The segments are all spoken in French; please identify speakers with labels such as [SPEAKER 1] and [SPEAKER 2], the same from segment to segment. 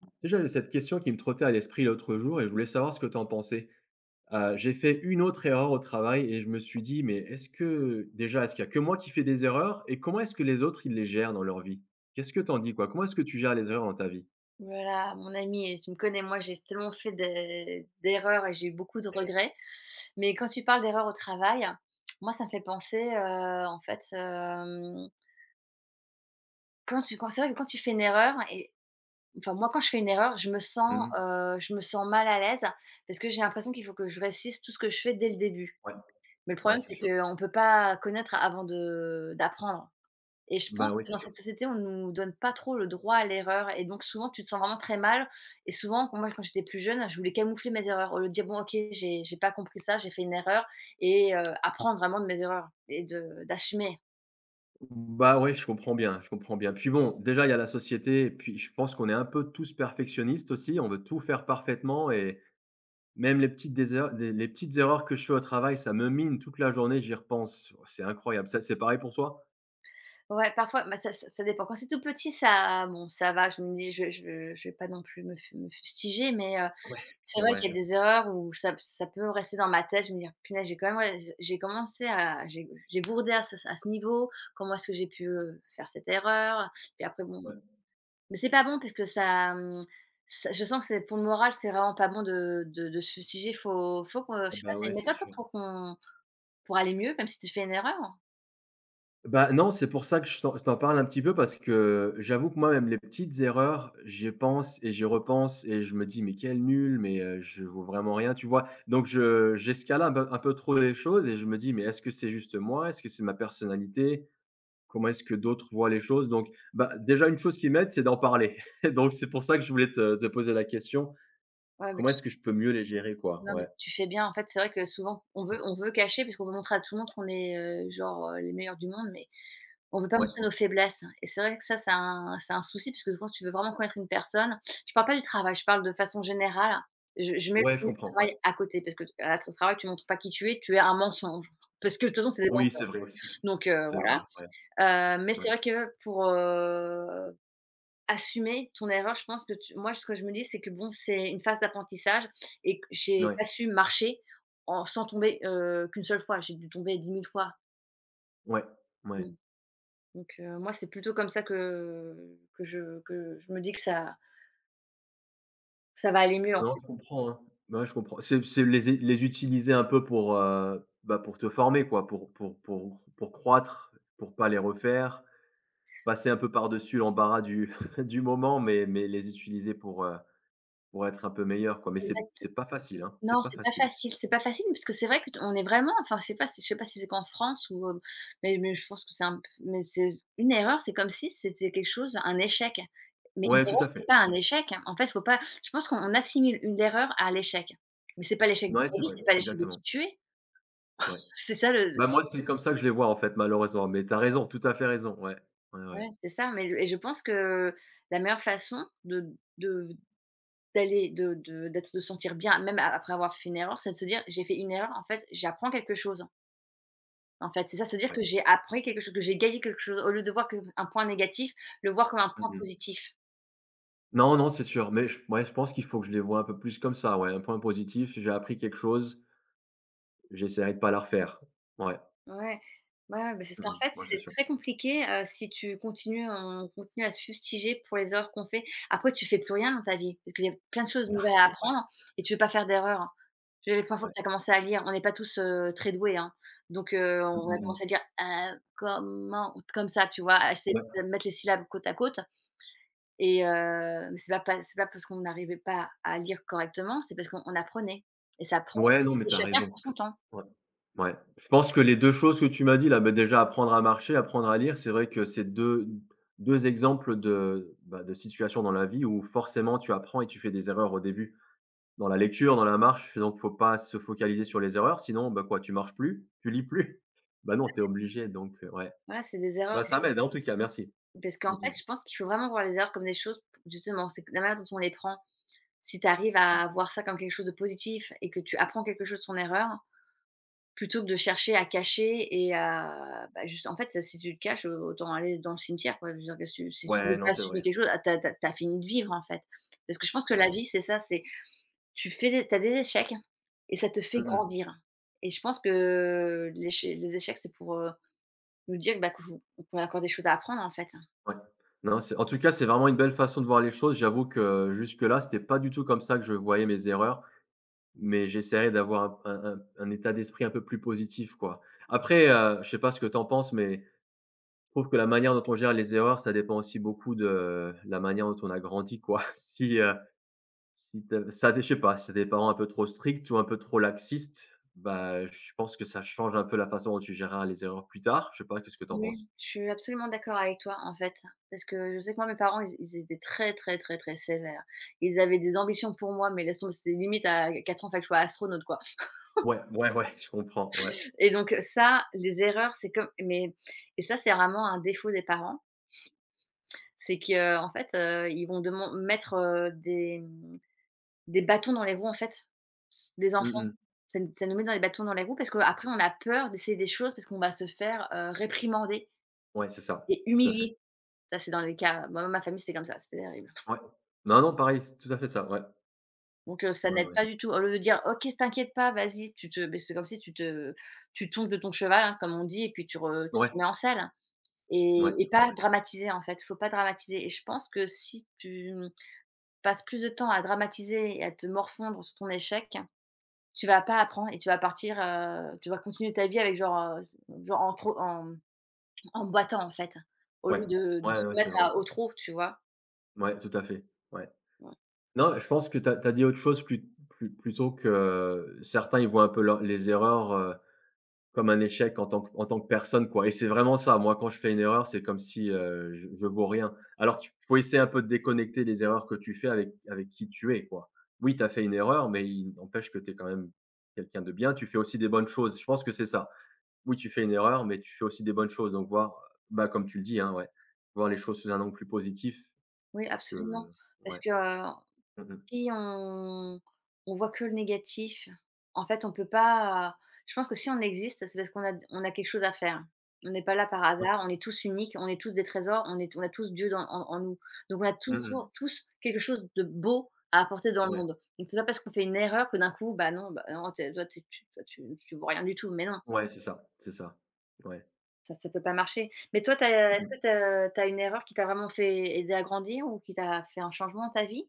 [SPEAKER 1] Tu sais, j'avais cette question qui me trottait à l'esprit l'autre jour et je voulais savoir ce que tu en pensais. J'ai fait une autre erreur au travail et je me suis dit, mais est-ce que déjà, est-ce qu'il y a que moi qui fais des erreurs et comment est-ce que les autres, ils les gèrent dans leur vie? Qu'est-ce que t'en dis, quoi? Comment est-ce que tu gères les erreurs dans ta vie?
[SPEAKER 2] Voilà, mon ami, et tu me connais, moi j'ai tellement fait des d'erreurs et j'ai eu beaucoup de regrets. Mais quand tu parles d'erreurs au travail, moi ça me fait penser, en fait, quand c'est vrai que quand tu fais une erreur et enfin moi quand je fais une erreur, je me sens,
[SPEAKER 1] Mhm.
[SPEAKER 2] heu, je me sens mal à l'aise parce que j'ai l'impression qu'il faut que je réussisse tout ce que je fais dès le début.
[SPEAKER 1] Ouais,
[SPEAKER 2] Mais le
[SPEAKER 1] ouais,
[SPEAKER 2] problème,
[SPEAKER 1] c'est
[SPEAKER 2] c'est
[SPEAKER 1] sûr.
[SPEAKER 2] qu'on ne peut pas connaître avant de d'apprendre. Et je
[SPEAKER 1] Bah
[SPEAKER 2] pense
[SPEAKER 1] oui,
[SPEAKER 2] que
[SPEAKER 1] c'est
[SPEAKER 2] dans
[SPEAKER 1] sûr.
[SPEAKER 2] cette société, on nous donne pas trop le droit à l'erreur et donc souvent, tu te sens vraiment très mal et souvent, moi, quand j'étais plus jeune, je voulais camoufler mes erreurs au lieu de dire: «Bon OK, j'ai pas compris ça, j'ai fait une erreur», et apprendre vraiment de mes erreurs et de d'assumer.
[SPEAKER 1] Bah oui, je comprends bien, je comprends bien. Puis bon, déjà, il y a la société, et puis je pense qu'on est un peu tous perfectionnistes aussi, on veut tout faire parfaitement, et, même les petites erreurs que je fais au travail, ça me mine toute la journée, j'y repense. C'est incroyable. Ça, c'est pareil pour toi?
[SPEAKER 2] Ouais, parfois, bah, ça dépend. Quand c'est tout petit, ça bon, ça va, je me dis: «Je vais pas non plus me fustiger», mais c'est
[SPEAKER 1] Et
[SPEAKER 2] vrai
[SPEAKER 1] ouais.
[SPEAKER 2] qu'il y a des erreurs où ça peut rester dans ma tête. Je me dis, «Punaise, j'ai quand même ré j'ai bourdé à ce niveau. Comment est-ce que j'ai pu faire cette erreur ?» Puis après bon,
[SPEAKER 1] Ouais.
[SPEAKER 2] mais c'est pas bon parce que ça je sens que c'est pour le moral, c'est vraiment pas bon de se fustiger. Faut qu'on, je
[SPEAKER 1] Ah
[SPEAKER 2] sais pas,
[SPEAKER 1] bah,
[SPEAKER 2] tu
[SPEAKER 1] ouais,
[SPEAKER 2] une
[SPEAKER 1] c'est
[SPEAKER 2] méthode toi
[SPEAKER 1] sûr.
[SPEAKER 2] pour aller mieux, même si tu fais une erreur?
[SPEAKER 1] Bah, non, c'est pour ça que je t'en parle un petit peu parce que j'avoue que moi, même les petites erreurs, j'y pense et j'y repense et je me dis: «Mais quel nul, mais je vaux vraiment rien», tu vois? Donc je j'escalade un peu trop les choses et je me dis: «Mais est-ce que c'est juste moi? Est-ce que c'est ma personnalité?» Comment est-ce que d'autres voient les choses? Donc, bah, déjà, une chose qui m'aide, c'est d'en parler. Donc, c'est pour ça que je voulais te poser la question.
[SPEAKER 2] Ouais,
[SPEAKER 1] Comment est-ce que je peux mieux les gérer, quoi?
[SPEAKER 2] non, mais
[SPEAKER 1] Ouais,
[SPEAKER 2] tu fais bien. En fait, c'est vrai que souvent, on veut cacher puisqu'on veut montrer à tout le monde qu'on est genre les meilleurs du monde, mais on veut pas
[SPEAKER 1] ouais,
[SPEAKER 2] montrer nos faiblesses et c'est vrai que ça, c'est un souci puisque quand tu veux vraiment connaître une personne, je parle pas du travail, je parle de façon générale. Je mets
[SPEAKER 1] ouais, je
[SPEAKER 2] le
[SPEAKER 1] comprends, ouais.
[SPEAKER 2] travail à côté parce que t à ton travail, tu montres pas qui tu es un mensonge parce que de toute façon, c'est des
[SPEAKER 1] Oui,
[SPEAKER 2] mensonges,
[SPEAKER 1] c'est vrai aussi.
[SPEAKER 2] donc
[SPEAKER 1] C'est
[SPEAKER 2] voilà
[SPEAKER 1] vrai, ouais,
[SPEAKER 2] mais c'est
[SPEAKER 1] ouais,
[SPEAKER 2] vrai que pour assumer ton erreur, je pense que tu moi, ce que je me dis, c'est que bon, c'est une phase d'apprentissage et que j'ai
[SPEAKER 1] ouais,
[SPEAKER 2] pas su marcher en sans tomber qu'une seule fois. J'ai dû tomber 10 000 fois.
[SPEAKER 1] ouais, ouais.
[SPEAKER 2] Mmh, donc moi, c'est plutôt comme ça que je me dis que ça va aller mieux, en
[SPEAKER 1] Non,
[SPEAKER 2] fait.
[SPEAKER 1] je comprends, hein. Ouais, je comprends. C'est les utiliser un peu pour, bah, pour te former, quoi, pour croître, pour pas les refaire, passer un peu par-dessus l'embarras du du moment, mais les utiliser pour, pour être un peu meilleur quoi, mais c'est pas facile, hein, c'est
[SPEAKER 2] Non,
[SPEAKER 1] pas facile.
[SPEAKER 2] c'est pas facile parce que c'est vrai que t on est vraiment, enfin, je sais pas si c'est qu'en France ou mais je pense que c'est un p mais c'est une erreur, c'est comme si c'était quelque chose, un échec. Mais une
[SPEAKER 1] Ouais, tout
[SPEAKER 2] erreur,
[SPEAKER 1] à fait,
[SPEAKER 2] c'est pas un
[SPEAKER 1] ouais.
[SPEAKER 2] échec, hein. En fait, faut pas je pense qu'on assimile une erreur à l'échec. Mais c'est pas l'échec de
[SPEAKER 1] Ouais,
[SPEAKER 2] ta
[SPEAKER 1] c'est
[SPEAKER 2] vie,
[SPEAKER 1] vrai,
[SPEAKER 2] c'est pas l'échec de
[SPEAKER 1] exactement,
[SPEAKER 2] qui tu es.
[SPEAKER 1] ouais.
[SPEAKER 2] C'est ça le
[SPEAKER 1] Bah, moi, c'est comme ça que je les vois, en fait, malheureusement, mais tu as raison, tout à fait raison, ouais. Ouais,
[SPEAKER 2] ouais,
[SPEAKER 1] ouais,
[SPEAKER 2] c'est ça, mais le et je pense que la meilleure façon de d'aller de d'être de se sentir bien, même a après avoir fait une erreur, c'est de se dire: «J'ai fait une erreur, en fait, j'apprends quelque chose». En fait, c'est ça, se dire
[SPEAKER 1] ouais.
[SPEAKER 2] que j'ai appris quelque chose, que j'ai gagné quelque chose, au lieu de voir comme un point négatif, le voir comme un point
[SPEAKER 1] Mmh.
[SPEAKER 2] positif.
[SPEAKER 1] Non, non, c'est sûr, mais je ouais, je pense qu'il faut que je les vois un peu plus comme ça, ouais. Un point positif, j'ai appris quelque chose, j'essaierai de pas la refaire. Ouais.
[SPEAKER 2] Ouais. Ouais, mais c'est ce qu'en
[SPEAKER 1] Mmh.
[SPEAKER 2] fait,
[SPEAKER 1] Ouais, c'est
[SPEAKER 2] c'est
[SPEAKER 1] sûr.
[SPEAKER 2] très compliqué si tu continues on continue à se fustiger pour les erreurs qu'on fait. Après, tu fais plus rien dans ta vie, parce qu'il y a plein de choses
[SPEAKER 1] Ouais,
[SPEAKER 2] nouvelles à
[SPEAKER 1] c'est vrai,
[SPEAKER 2] apprendre et tu veux pas faire d'erreur. Tu vois, les premières fois que
[SPEAKER 1] ouais.
[SPEAKER 2] tu as commencé à lire, on n'est pas tous très doués, hein. Donc on
[SPEAKER 1] Mmh
[SPEAKER 2] va commencer à
[SPEAKER 1] mh.
[SPEAKER 2] lire comme ça, tu vois? À essayer
[SPEAKER 1] Ouais.
[SPEAKER 2] de mettre les syllabes côte à côte. Et mais c'est pas parce qu'on n'arrivait pas à lire correctement, c'est parce qu'on apprenait et ça prend
[SPEAKER 1] Ouais, non, mais
[SPEAKER 2] et
[SPEAKER 1] tu as
[SPEAKER 2] chacun
[SPEAKER 1] raison.
[SPEAKER 2] prend son temps.
[SPEAKER 1] Ouais. Ouais. Je pense que les 2 choses que tu m'as dit là, bah, déjà apprendre à marcher, apprendre à lire, c'est vrai que c'est deux exemples de, bah, de situations dans la vie où forcément tu apprends et tu fais des erreurs au début. Dans la lecture, dans la marche, donc faut pas se focaliser sur les erreurs, sinon, bah, quoi, tu marches plus, tu lis plus. Bah, non, tu es obligé donc ouais.
[SPEAKER 2] Voilà, c'est des erreurs,
[SPEAKER 1] Bah, ça m'aide en tout cas, merci.
[SPEAKER 2] parce
[SPEAKER 1] Mmh
[SPEAKER 2] qu'en fait,
[SPEAKER 1] mh.
[SPEAKER 2] je pense qu'il faut vraiment voir les erreurs comme des choses, justement, c'est que la manière dont on les prend. Si tu arrives à voir ça comme quelque chose de positif et que tu apprends quelque chose de son erreur, plutôt que de chercher à cacher et à bah, juste en fait, si tu le caches, autant aller dans le cimetière, quoi. Je veux dire, que tu si tu
[SPEAKER 1] Ouais,
[SPEAKER 2] veux pas
[SPEAKER 1] non, c'est
[SPEAKER 2] assumer
[SPEAKER 1] vrai.
[SPEAKER 2] quelque chose, ah, tu fini de vivre, en fait. Parce que je pense que la
[SPEAKER 1] Ouais.
[SPEAKER 2] vie, c'est ça, c'est Tu fais des échecs et ça te fait
[SPEAKER 1] Mmh mh.
[SPEAKER 2] grandir et je pense que l'éche les échecs, c'est pour nous dire, bah, que vous qu'on a encore des choses à apprendre, en fait.
[SPEAKER 1] Ouais. Non, c'est en tout cas, c'est vraiment une belle façon de voir les choses. J'avoue que jusque là, c'était pas du tout comme ça que je voyais mes erreurs. Mais j'essaierai d'avoir un état d'esprit un peu plus positif, quoi. Après, je sais pas ce que tu en penses, mais je trouve que la manière dont on gère les erreurs, ça dépend aussi beaucoup de la manière dont on a grandi, quoi. Si, heu, si tu ça je sais pas, si tu des parents un peu trop stricts ou un peu trop laxistes, bah, je pense que ça change un peu la façon dont tu géreras les erreurs plus tard. Je sais pas, qu'est-ce que tu en
[SPEAKER 2] Oui,
[SPEAKER 1] penses?
[SPEAKER 2] je suis absolument d'accord avec toi, en fait, parce que je sais que moi, mes parents, ils étaient très, très, très, très sévères. Ils avaient des ambitions pour moi, mais laisse tomber, c'était limite à 4 ans, il fallait que je sois astronaute, quoi,
[SPEAKER 1] Ouais, ouais, ouais, je comprends, ouais.
[SPEAKER 2] et donc ça, les erreurs, c'est comme mais et ça, c'est vraiment un défaut des parents, c'est qu'en fait ils vont deman mettre des bâtons dans les roues, en fait, s des
[SPEAKER 1] Mmh
[SPEAKER 2] enfants.
[SPEAKER 1] mh.
[SPEAKER 2] Ça nous met dans les bâtons dans les roues parce qu'après on a peur d'essayer des choses parce qu'on va se faire réprimander
[SPEAKER 1] Ouais, c'est ça,
[SPEAKER 2] et
[SPEAKER 1] tout à fait.
[SPEAKER 2] humilier. Ça, c'est dans les cas moi, ma famille, c'était comme ça, c'était terrible.
[SPEAKER 1] Ouais. Non, non, pareil, c'est tout à fait ça, ouais.
[SPEAKER 2] Donc ça
[SPEAKER 1] Ouais,
[SPEAKER 2] n'aide
[SPEAKER 1] ouais.
[SPEAKER 2] pas du tout. Au lieu de dire: «OK, t'inquiète pas, vas-y», c'est comme si tu tombes de ton cheval, hein, comme on dit, et puis tu
[SPEAKER 1] Ouais,
[SPEAKER 2] te remets en selle, hein, et
[SPEAKER 1] ouais,
[SPEAKER 2] et
[SPEAKER 1] ouais,
[SPEAKER 2] pas
[SPEAKER 1] ouais.
[SPEAKER 2] dramatiser, en fait. Faut pas dramatiser et je pense que si tu passes plus de temps à dramatiser et à te morfondre sur ton échec. Tu vas pas apprendre et tu vas partir tu vas continuer ta vie avec genre, s genre en trop en en boitant, en fait, au lieu
[SPEAKER 1] Ouais.
[SPEAKER 2] de
[SPEAKER 1] Ouais,
[SPEAKER 2] se
[SPEAKER 1] ouais, c'est
[SPEAKER 2] mettre à
[SPEAKER 1] vrai.
[SPEAKER 2] au trot, tu vois?
[SPEAKER 1] Ouais, tout à fait. Ouais.
[SPEAKER 2] Ouais.
[SPEAKER 1] Non, je pense que tu as dit autre chose plus plus plutôt que certains, ils voient un peu leurs les erreurs, comme un échec en tant que personne, quoi et c'est vraiment ça. Moi, quand je fais une erreur, c'est comme si, je vaux rien. Alors qu'il faut essayer un peu de déconnecter les erreurs que tu fais avec qui tu es, quoi. Oui, tu as fait une erreur, mais il n'empêche que tu es quand même quelqu'un de bien. Tu fais aussi des bonnes choses. Je pense que c'est ça. Oui, tu fais une erreur, mais tu fais aussi des bonnes choses. Donc voir, bah, comme tu le dis, hein, ouais, voir les choses sous un angle plus positif
[SPEAKER 2] Oui,
[SPEAKER 1] que
[SPEAKER 2] absolument. Parce
[SPEAKER 1] ouais.
[SPEAKER 2] que, heu
[SPEAKER 1] Mmh.
[SPEAKER 2] Si on voit que le négatif, en fait, on peut pas, je pense que si on existe, c'est parce qu'on a quelque chose à faire. On n'est pas là par
[SPEAKER 1] Ouais.
[SPEAKER 2] hasard, on est tous uniques, on est tous des trésors, on a tous Dieu dans en en nous. Donc on a
[SPEAKER 1] Mmh mh.
[SPEAKER 2] toujours tous quelque chose de beau à apporter dans le
[SPEAKER 1] Ouais.
[SPEAKER 2] monde. Donc c'est pas parce qu'on fait une erreur que d'un coup, bah, non, tu toi, tu es tu toi, tu vaux rien du tout, mais non,
[SPEAKER 1] Ouais, c'est ça, c'est ça. Ouais.
[SPEAKER 2] ça peut pas marcher. Mais toi, t'as est-ce
[SPEAKER 1] Mmh.
[SPEAKER 2] que tu as une erreur qui t'a vraiment fait aider à grandir ou qui t'a fait un changement dans ta vie?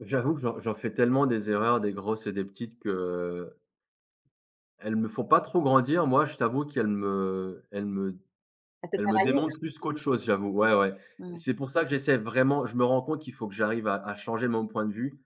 [SPEAKER 1] J'avoue que j'en fais tellement des erreurs, des grosses et des petites qu'elles me font pas trop grandir. Moi, je t'avoue qu'elles me elles me
[SPEAKER 2] Ça te
[SPEAKER 1] elles me
[SPEAKER 2] paralyse?
[SPEAKER 1] démontent plus qu'autre chose, j'avoue. Ouais, ouais.
[SPEAKER 2] Mmh.
[SPEAKER 1] C'est pour ça que j'essaie vraiment je me rends compte qu'il faut que j'arrive à changer mon point de vue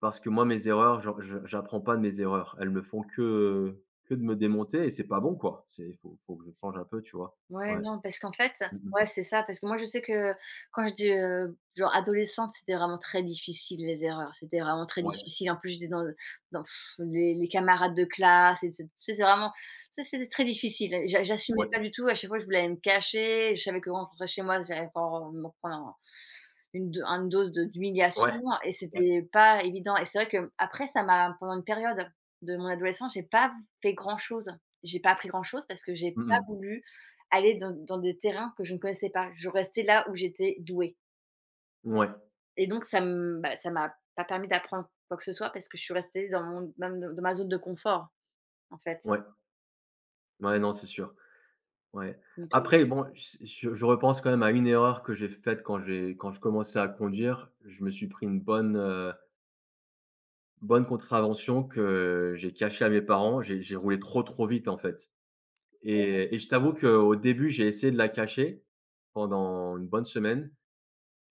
[SPEAKER 1] parce que moi, mes erreurs, j'apprends pas de mes erreurs. Elles me font que de me démonter et c'est pas bon, quoi. C'est il faut faut que je change un peu, tu vois?
[SPEAKER 2] Ouais,
[SPEAKER 1] Ouais.
[SPEAKER 2] non, parce qu'en fait,
[SPEAKER 1] Mmh mh.
[SPEAKER 2] ouais, c'est ça, parce que moi, je sais que quand je dis genre adolescente, c'était vraiment très difficile, les erreurs, c'était vraiment très
[SPEAKER 1] Ouais,
[SPEAKER 2] difficile. En plus, j'étais dans les camarades de classe et tu sais, c'est vraiment ça, c'était très difficile,
[SPEAKER 1] ouais,
[SPEAKER 2] j'assumais pas du tout. À chaque fois, je voulais me cacher, je savais que quand je rentrer chez moi, j'allais encore me prendre une dose de d'humiliation
[SPEAKER 1] ouais,
[SPEAKER 2] et
[SPEAKER 1] ouais.
[SPEAKER 2] c'était pas évident et c'est vrai que après ça m'a pendant une période de mon adolescence, j'ai pas fait grand chose. J'ai pas appris grand chose parce que j'ai
[SPEAKER 1] Mmh
[SPEAKER 2] pas
[SPEAKER 1] mh.
[SPEAKER 2] voulu aller dans des terrains que je ne connaissais pas. Je restais là où j'étais douée
[SPEAKER 1] Ouais,
[SPEAKER 2] et donc ça me bah, ça m'a pas permis d'apprendre quoi que ce soit parce que je suis restée dans mon même dans dans ma zone de confort, en fait.
[SPEAKER 1] ouais. Ouais, non, c'est sûr. Ouais.
[SPEAKER 2] Donc
[SPEAKER 1] Après, bon, je repense quand même à une erreur que j'ai faite quand je commençais à conduire. Je me suis pris une bonne contravention que j'ai cachée à mes parents. J'ai roulé trop, trop vite, en fait et je t'avoue qu'au début, j'ai essayé de la cacher pendant une bonne semaine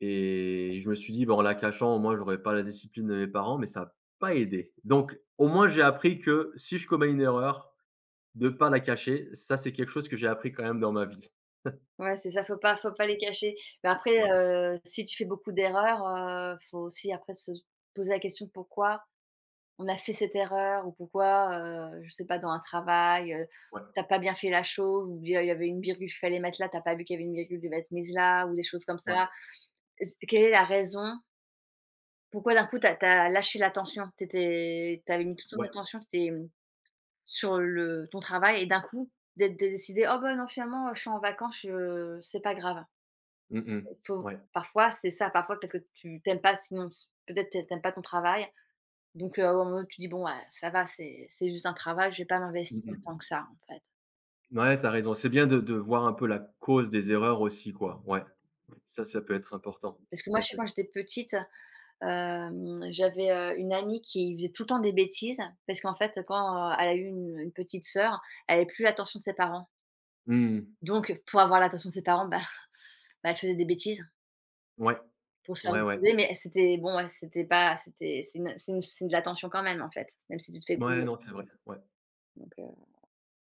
[SPEAKER 1] et je me suis dit: bon en la cachant, au moins, j'aurais pas la discipline de mes parents», mais ça a pas aidé. Donc au moins, j'ai appris que si je commets une erreur, de pas la cacher. Ça, c'est quelque chose que j'ai appris quand même dans ma vie.
[SPEAKER 2] ouais, c'est ça, faut pas les cacher. Mais après
[SPEAKER 1] Ouais,
[SPEAKER 2] si tu fais beaucoup d'erreurs faut aussi après se poser la question pourquoi on a fait cette erreur ou pourquoi je sais pas, dans un travail
[SPEAKER 1] ouais.
[SPEAKER 2] tu pas bien fait la chose ou il y avait une virgule qu'il fallait mettre là, t'as pas vu qu'il y avait une virgule qui devait être mise là ou des choses comme
[SPEAKER 1] Ouais,
[SPEAKER 2] ça. Est-ce quelle est la raison pourquoi d'un coup tu lâché l'attention? Tu étais mis toute ton
[SPEAKER 1] ouais.
[SPEAKER 2] attention, tu sur le ton travail et d'un coup, d'être dé décidé: «Oh ben non finalement, je suis en vacances, je c'est pas grave».
[SPEAKER 1] Mmh mh.
[SPEAKER 2] Faut
[SPEAKER 1] Ouais.
[SPEAKER 2] parfois c'est ça, parfois parce que tu t'aimes pas sinon s peut-être tu pas ton travail donc au moment où tu dis: «Bon, ouais, ça va, c'est juste un travail, je vais pas
[SPEAKER 1] Mmh
[SPEAKER 2] m'investir
[SPEAKER 1] mh.
[SPEAKER 2] tant que ça, en fait».
[SPEAKER 1] Ouais, tu as raison. C'est bien de voir un peu la cause des erreurs aussi, quoi. Ouais. Ça peut être important.
[SPEAKER 2] Parce que
[SPEAKER 1] Tout
[SPEAKER 2] moi,
[SPEAKER 1] à
[SPEAKER 2] je sais
[SPEAKER 1] fait.
[SPEAKER 2] quand j'étais petite, j'avais, une amie qui faisait tout le temps des bêtises parce qu'en fait, quand, elle a eu une petite sœur, elle avait plus l'attention de ses parents.
[SPEAKER 1] Mmh.
[SPEAKER 2] Donc pour avoir l'attention de ses parents, bah, elle faisait des bêtises
[SPEAKER 1] Ouais.
[SPEAKER 2] pour se faire
[SPEAKER 1] Ouais, ouais.
[SPEAKER 2] gronder, mais c'était bon, ouais, c'était pas c'était c'est une c'est de l'attention quand même, en fait, même si tu te fais
[SPEAKER 1] Ouais,
[SPEAKER 2] gronder,
[SPEAKER 1] non, c'est vrai. Ouais.
[SPEAKER 2] donc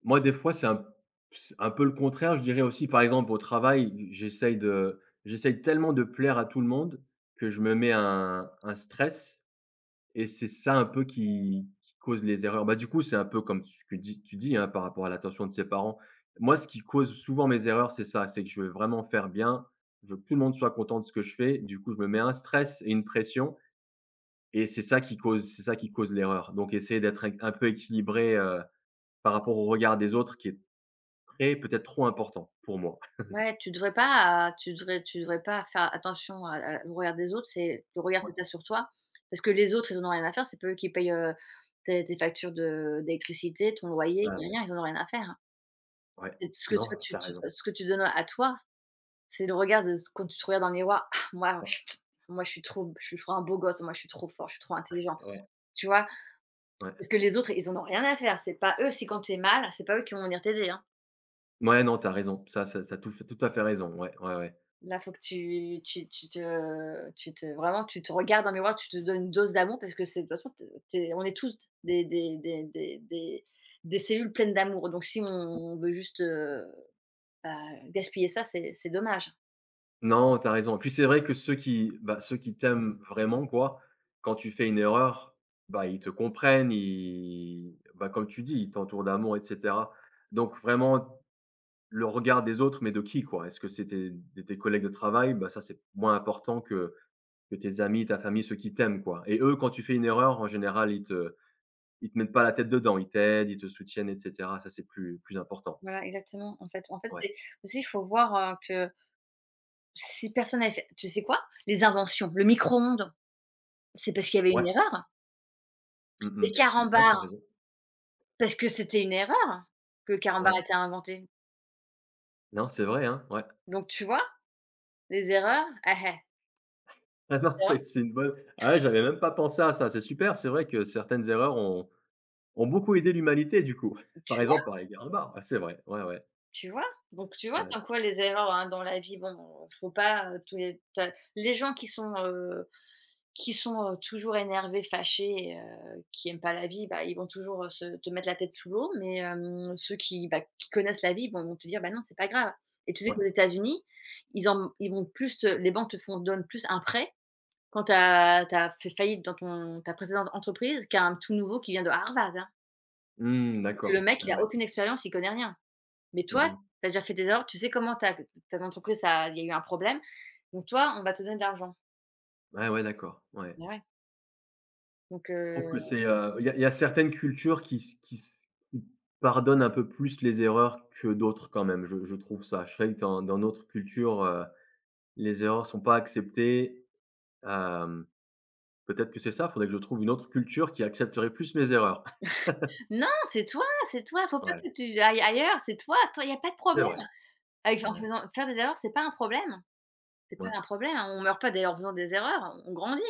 [SPEAKER 1] Moi, des fois, c'est un peu le contraire. Je dirais aussi, par exemple, au travail, j'essaye tellement de plaire à tout le monde que je me mets un stress. Et c'est ça un peu qui cause les erreurs. Bah, du coup, c'est un peu comme ce que dis tu dis, hein, par rapport à l'attention de ses parents. Moi, ce qui cause souvent mes erreurs, c'est ça, c'est que je veux vraiment faire bien, je veux que tout le monde soit content de ce que je fais. Du coup, je me mets un stress et une pression et c'est ça qui cause l'erreur. Donc essayer d'être un peu équilibré, par rapport au regard des autres qui est très peut-être trop important pour moi.
[SPEAKER 2] ouais, tu devrais pas tu devrais pas faire attention à au regard des autres, c'est le regard que
[SPEAKER 1] Ouais,
[SPEAKER 2] tu as sur toi, parce que les autres, ils en ont rien à faire, c'est pas eux qui payent, tes factures de d'électricité, ton
[SPEAKER 1] ouais,
[SPEAKER 2] loyer, ni
[SPEAKER 1] ouais,
[SPEAKER 2] rien, ils en ont rien à faire, hein.
[SPEAKER 1] ouais.
[SPEAKER 2] Ce que
[SPEAKER 1] Non,
[SPEAKER 2] toi tu
[SPEAKER 1] t'as
[SPEAKER 2] tu
[SPEAKER 1] raison.
[SPEAKER 2] ce que tu donnes à toi, c'est le regard de ce quand tu te regardes dans le miroir: «Ah
[SPEAKER 1] Ouais,
[SPEAKER 2] moi je suis trop un beau gosse, moi je suis trop fort, je suis trop intelligent»,
[SPEAKER 1] ouais,
[SPEAKER 2] tu vois? Parce
[SPEAKER 1] ouais.
[SPEAKER 2] que les autres, ils en ont rien à faire, c'est pas eux si quand t'es mal, c'est pas eux qui vont venir t'aider, hein.
[SPEAKER 1] Ouais, non, t'as raison. Ça ça tu tout tout à fait raison. Ouais, ouais, ouais.
[SPEAKER 2] Là, faut que tu te vraiment, tu te regardes dans le miroir, tu te donnes une dose d'amour parce que c'est de toute façon, tu es on est tous des des cellules pleines d'amour, donc si on veut juste, bah, gaspiller ça, c'est dommage.
[SPEAKER 1] Non, t'as raison. Et puis c'est vrai que ceux qui bah, ceux qui t'aiment vraiment quoi, quand tu fais une erreur, bah, ils te comprennent, ils bah, comme tu dis, ils t'entourent d'amour et cetera. Donc vraiment le regard des autres, mais de qui quoi? Est-ce que c'est tes de tes collègues de travail? Bah, ça, c'est moins important que tes amis, ta famille, ceux qui t'aiment quoi. Et eux, quand tu fais une erreur, en général, ils te mettent pas la tête dedans. Ils t'aident, ils te soutiennent et cetera. Ça, c'est plus important.
[SPEAKER 2] Voilà, exactement. En fait,
[SPEAKER 1] Ouais.
[SPEAKER 2] c'est aussi, il faut voir, que si personne avait fait tu sais quoi? Les inventions, le micro-ondes, c'est parce qu'il y avait
[SPEAKER 1] Ouais.
[SPEAKER 2] une erreur.
[SPEAKER 1] Mmh mh.
[SPEAKER 2] Les
[SPEAKER 1] Ah, tu
[SPEAKER 2] carambars,
[SPEAKER 1] raison.
[SPEAKER 2] parce que c'était une erreur que le carambar
[SPEAKER 1] Ouais.
[SPEAKER 2] a été inventé.
[SPEAKER 1] Non, c'est vrai, hein? Ouais.
[SPEAKER 2] Donc tu vois? Les erreurs,
[SPEAKER 1] Ah non,
[SPEAKER 2] erreurs,
[SPEAKER 1] c'est une bonne ah ouais, j'avais même pas pensé à ça, c'est super. C'est vrai que certaines erreurs ont beaucoup aidé l'humanité du coup. Par
[SPEAKER 2] tu vois?
[SPEAKER 1] exemple, par les guerres barbares, ouais, c'est vrai. Ouais, ouais,
[SPEAKER 2] Tu vois? Donc tu vois
[SPEAKER 1] ouais,
[SPEAKER 2] comme quoi les erreurs, hein, dans la vie, bon, faut pas, tous les ta les gens qui sont, qui sont, toujours énervés, fâchés et qui aiment pas la vie, bah, ils vont toujours, se te mettre la tête sous l'eau, mais ceux qui, bah, qui connaissent la vie vont te dire: «Bah non, c'est pas grave», et tu sais
[SPEAKER 1] ouais.
[SPEAKER 2] qu'aux États-Unis, ils en ils vont plus te les banques te font donnent plus un prêt quand tu as fait faillite dans ton ta précédente entreprise qu'un tout nouveau qui vient de Harvard, hein.
[SPEAKER 1] Mmh,
[SPEAKER 2] Parce que le
[SPEAKER 1] d'accord.
[SPEAKER 2] mec,
[SPEAKER 1] Ah
[SPEAKER 2] il a
[SPEAKER 1] ouais.
[SPEAKER 2] aucune expérience, il connaît rien. Mais
[SPEAKER 1] Mmh
[SPEAKER 2] toi,
[SPEAKER 1] mh.
[SPEAKER 2] tu as déjà fait des erreurs, tu sais comment ta entreprise, ça il y a eu un problème, donc toi, on va te donner de l'argent.
[SPEAKER 1] Ouais, ouais, d'accord, ouais.
[SPEAKER 2] Bah ouais, donc
[SPEAKER 1] Je
[SPEAKER 2] heu.
[SPEAKER 1] trouve que c'est, il y a certaines cultures qui pardonnent un peu plus les erreurs que d'autres quand même, je trouve ça. Je sais que dans d'autres cultures, les erreurs sont pas acceptées. Hem, peut-être que c'est ça, faudrait que je trouve une autre culture qui accepterait plus mes erreurs.
[SPEAKER 2] Non, c'est toi, faut pas
[SPEAKER 1] Ouais,
[SPEAKER 2] que tu ailles ailleurs, c'est toi, toi, il y a pas de
[SPEAKER 1] c'est
[SPEAKER 2] problème.
[SPEAKER 1] vrai.
[SPEAKER 2] Avec en
[SPEAKER 1] Ouais.
[SPEAKER 2] faisant faire des erreurs, c'est pas un problème, c'est pas
[SPEAKER 1] Ouais.
[SPEAKER 2] un problème, hein. On meurt pas d'ailleurs en faisant des erreurs, on grandit.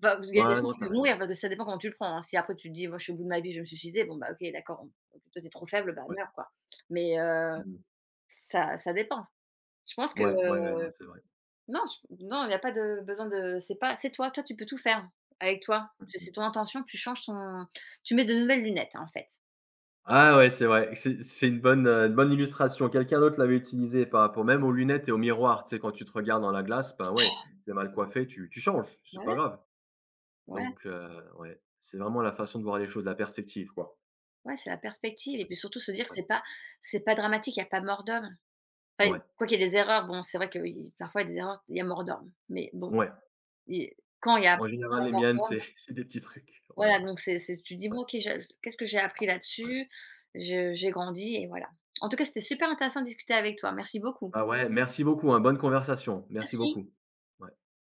[SPEAKER 2] Bah, il y a des
[SPEAKER 1] Ouais,
[SPEAKER 2] gens
[SPEAKER 1] non,
[SPEAKER 2] qui
[SPEAKER 1] t'as
[SPEAKER 2] peuvent
[SPEAKER 1] raison.
[SPEAKER 2] mourir, parce que ça dépend comment tu le prends, hein. Si après tu te dis: «Moi, je suis au bout de ma vie, je vais me suicider», bon, bah, OK, d'accord, on toi, t'es trop faible, bah,
[SPEAKER 1] Ouais.
[SPEAKER 2] meurs, quoi. Mais
[SPEAKER 1] Mmh.
[SPEAKER 2] ça dépend. Je pense que,
[SPEAKER 1] Ouais, ouais, ouais, non, c'est vrai.
[SPEAKER 2] non, je non, il y a pas de besoin de c'est pas c'est toi, toi, tu peux tout faire avec toi.
[SPEAKER 1] Mmh mmh.
[SPEAKER 2] C'est ton intention, tu changes ton tu mets de nouvelles lunettes, hein, en fait.
[SPEAKER 1] Ah ouais, c'est vrai. C'est une bonne illustration. Quelqu'un d'autre l'avait utilisé par rapport même aux lunettes et au miroir. Tu sais, quand tu te regardes dans la glace, ben ouais, si t'es mal coiffé, tu changes, c'est pas
[SPEAKER 2] Voilà,
[SPEAKER 1] grave.
[SPEAKER 2] ouais.
[SPEAKER 1] Donc ouais, c'est vraiment la façon de voir les choses, la perspective, quoi.
[SPEAKER 2] Ouais, c'est la perspective et puis surtout se dire que
[SPEAKER 1] Ouais,
[SPEAKER 2] c'est pas dramatique, il y a pas mort d'homme. Enfin,
[SPEAKER 1] ouais,
[SPEAKER 2] quoi qu'il y ait des erreurs, bon, c'est vrai que oui, parfois il y a des erreurs, il y a mort d'homme, mais bon,
[SPEAKER 1] ouais.
[SPEAKER 2] et quand il y a
[SPEAKER 1] En général,
[SPEAKER 2] pas
[SPEAKER 1] les
[SPEAKER 2] mort,
[SPEAKER 1] miennes, c'est c'est des petits trucs. Ouais,
[SPEAKER 2] voilà, donc c'est tu te dis:
[SPEAKER 1] ouais,
[SPEAKER 2] «Bon OK, j'ai qu'est-ce que j'ai appris
[SPEAKER 1] ouais.
[SPEAKER 2] là-dessus? Je j'ai grandi» et voilà. En tout cas, c'était super intéressant de discuter avec toi. Merci beaucoup.
[SPEAKER 1] Bah ouais, merci beaucoup, hein, bonne conversation. Merci
[SPEAKER 2] Merci.
[SPEAKER 1] beaucoup. Ouais.